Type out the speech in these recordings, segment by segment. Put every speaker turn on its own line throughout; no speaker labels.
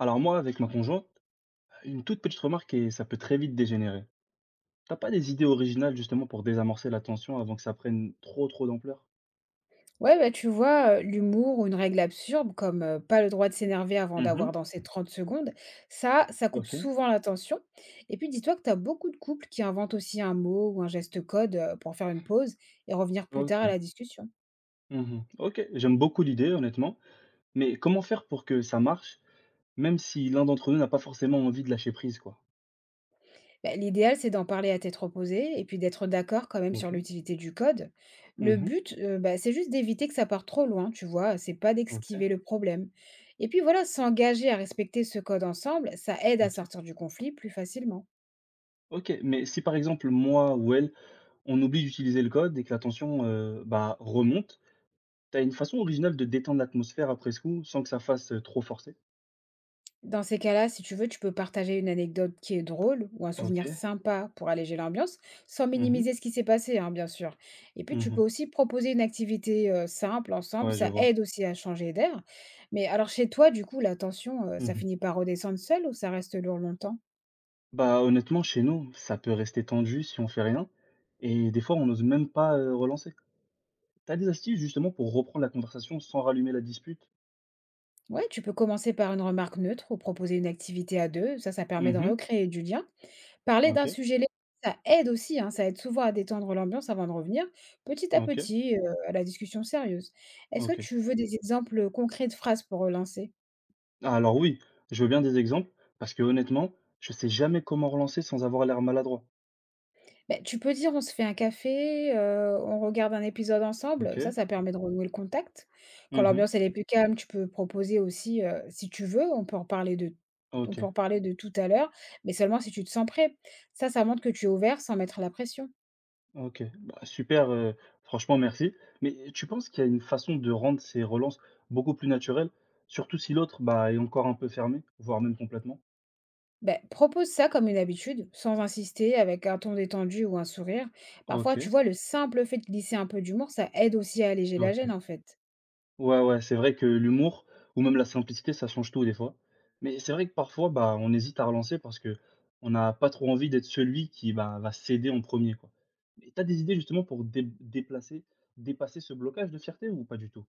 Alors moi, avec ma conjointe, une toute petite remarque et ça peut très vite dégénérer. T'as pas des idées originales justement pour désamorcer la tension avant que ça prenne trop d'ampleur?
Ouais, bah, tu vois, l'humour ou une règle absurde comme, pas le droit de s'énerver avant
Mhm.
d'avoir dansé 30 secondes, ça, ça coupe
Ok,
souvent l'attention et puis dis-toi que tu as beaucoup de couples qui inventent aussi un mot ou un geste code, pour faire une pause et revenir plus
ok,
tard à la discussion.
mhm. Ok, j'aime beaucoup l'idée honnêtement, mais comment faire pour que ça marche, même si l'un d'entre nous n'a pas forcément envie de lâcher prise, quoi?
Bah, l'idéal, c'est d'en parler à tête reposée et puis d'être d'accord quand même sur
Ok,
l'utilité du code. Le
mhm.
but, bah, c'est juste d'éviter que ça parte trop loin, tu vois? C'est pas
Ok,
d'esquiver le problème et puis voilà, s'engager à respecter ce code ensemble, ça aide à
ok,
sortir du conflit plus facilement.
ok. Mais si par exemple moi ou elle, on oublie d'utiliser le code et que la tension bah, remonte, t'as une façon originale de détendre l'atmosphère après ce coup sans que ça fasse trop forcer?
Dans ces cas-là, si tu veux, tu peux partager une anecdote qui est drôle ou un
Ok.
souvenir sympa pour alléger l'ambiance, sans
Mhm.
minimiser ce qui s'est passé, hein, bien sûr. Et puis, tu peux
Mmh.
aussi proposer une activité simple ensemble,
Ouais, je
ça
vois.
aide aussi à changer d'air. Mais alors, chez toi, du coup, la tension, ça
Mmh.
finit par redescendre seule ou ça reste lourd longtemps?
Bah, honnêtement, chez nous, ça peut rester tendu si on fait rien et des fois, on n'ose même pas, relancer. T'as des astuces justement pour reprendre la conversation sans rallumer la dispute?
Ouais, tu peux commencer par une remarque neutre ou proposer une activité à deux, ça permet de
Mmh.
recréer du lien. Parler
OK,
d'un sujet léger, ça aide aussi, hein, ça aide souvent à détendre l'ambiance avant de revenir petit à
OK,
petit, à la discussion sérieuse. Est-ce que
OK.
tu veux des exemples concrets de phrases pour relancer?
Ah alors oui, je veux bien des exemples parce que honnêtement, je sais jamais comment relancer sans avoir l'air maladroit.
Beh, tu peux dire: «On se fait un café», «On regarde un épisode ensemble»,
OK.
ça permet de renouer le contact. Quand
Mmh.
l'ambiance elle est plus calme, tu peux proposer aussi, si tu veux, on
OK,
peut en reparler de tout à l'heure, mais seulement si tu te sens prêt. Ça montre que tu es ouvert sans mettre la pression.
OK. Bah, super, franchement merci. Mais tu penses qu'il y a une façon de rendre ces relances beaucoup plus naturelles, surtout si l'autre, bah, est encore un peu fermé, voire même complètement?
Beh, propose ça comme une habitude, sans insister, avec un ton détendu ou un sourire. Parfois, tu
OK,
vois, le simple fait de glisser un peu d'humour, ça aide aussi à alléger la
OK.
gêne, en fait.
Ouais, ouais, c'est vrai que l'humour ou même la simplicité, ça change tout des fois. Mais c'est vrai que parfois, bah, on hésite à relancer parce que on n'a pas trop envie d'être celui qui, bah, va céder en premier, quoi. Mais tu des idées justement pour dé déplacer dépasser ce blocage de fierté ou pas du tout?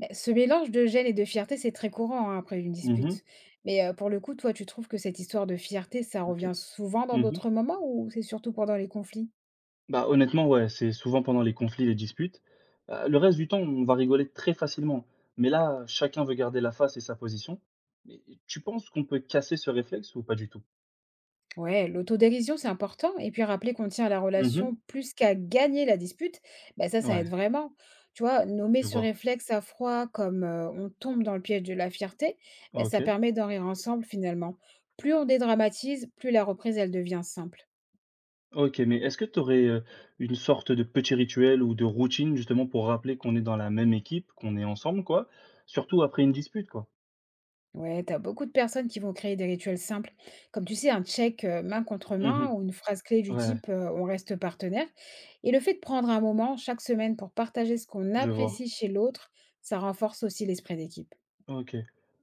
Beh, ce mélange de gêne et de fierté, c'est très courant hein, après une
Mhm.
dispute. Mais pour le coup, toi, tu trouves que cette histoire de fierté, ça
OK.
revient souvent dans
Mhm.
d'autres moments ou c'est surtout pendant les conflits?
Bah, honnêtement, ouais, c'est souvent pendant les conflits, les disputes. Le reste du temps, on va rigoler très facilement. Mais là, chacun veut garder la face et sa position. Mais tu penses qu'on peut casser ce réflexe ou pas du tout?
Ouais, l'autodérision, c'est important. Et puis rappeler qu'on tient à la
Mhm.
relation plus qu'à gagner la dispute, ben ça
Ouais.
aide vraiment. Tu vois, nommer
Je
ce
vois.
réflexe à froid comme on tombe dans le piège de la fierté, bah, ça
OK.
permet d'en rire ensemble finalement. Plus on dédramatise, plus la reprise, elle devient simple.
OK, mais est-ce que tu aurais, une sorte de petit rituel ou de routine justement pour rappeler qu'on est dans la même équipe, qu'on est ensemble quoi, surtout après une dispute quoi?
Ouais, t'as beaucoup de personnes qui vont créer des rituels simples, comme tu sais, un check main contre
Mmh.
main ou une phrase clé du
Ouais,
type on reste partenaire. Et le fait de prendre un moment chaque semaine pour partager ce qu'on
je vois.
apprécie chez l'autre, ça renforce aussi l'esprit d'équipe.
OK.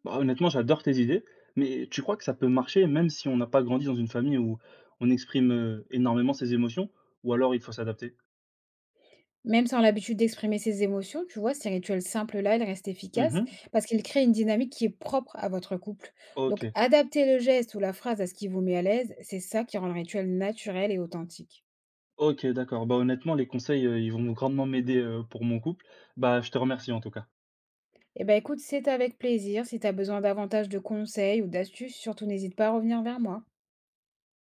Bah, honnêtement j'adore tes idées, mais tu crois que ça peut marcher même si on n'a pas grandi dans une famille où on exprime, énormément ses émotions ou alors il faut s'adapter?
Même sans l'habitude d'exprimer ses émotions, tu vois, ces rituels simples-là, ils restent efficaces
Mmh.
parce qu'ils créent une dynamique qui est propre à votre couple. Donc,
OK.
adapter le geste ou la phrase à ce qui vous met à l'aise, c'est ça qui rend le rituel naturel et authentique.
OK d'accord. Bah, honnêtement les conseils, ils vont grandement m'aider, pour mon couple. Bah, je te remercie en tout cas.
Eh ben écoute, c'est avec plaisir. Si tu as besoin davantage de conseils ou d'astuces, surtout n'hésite pas à revenir vers moi.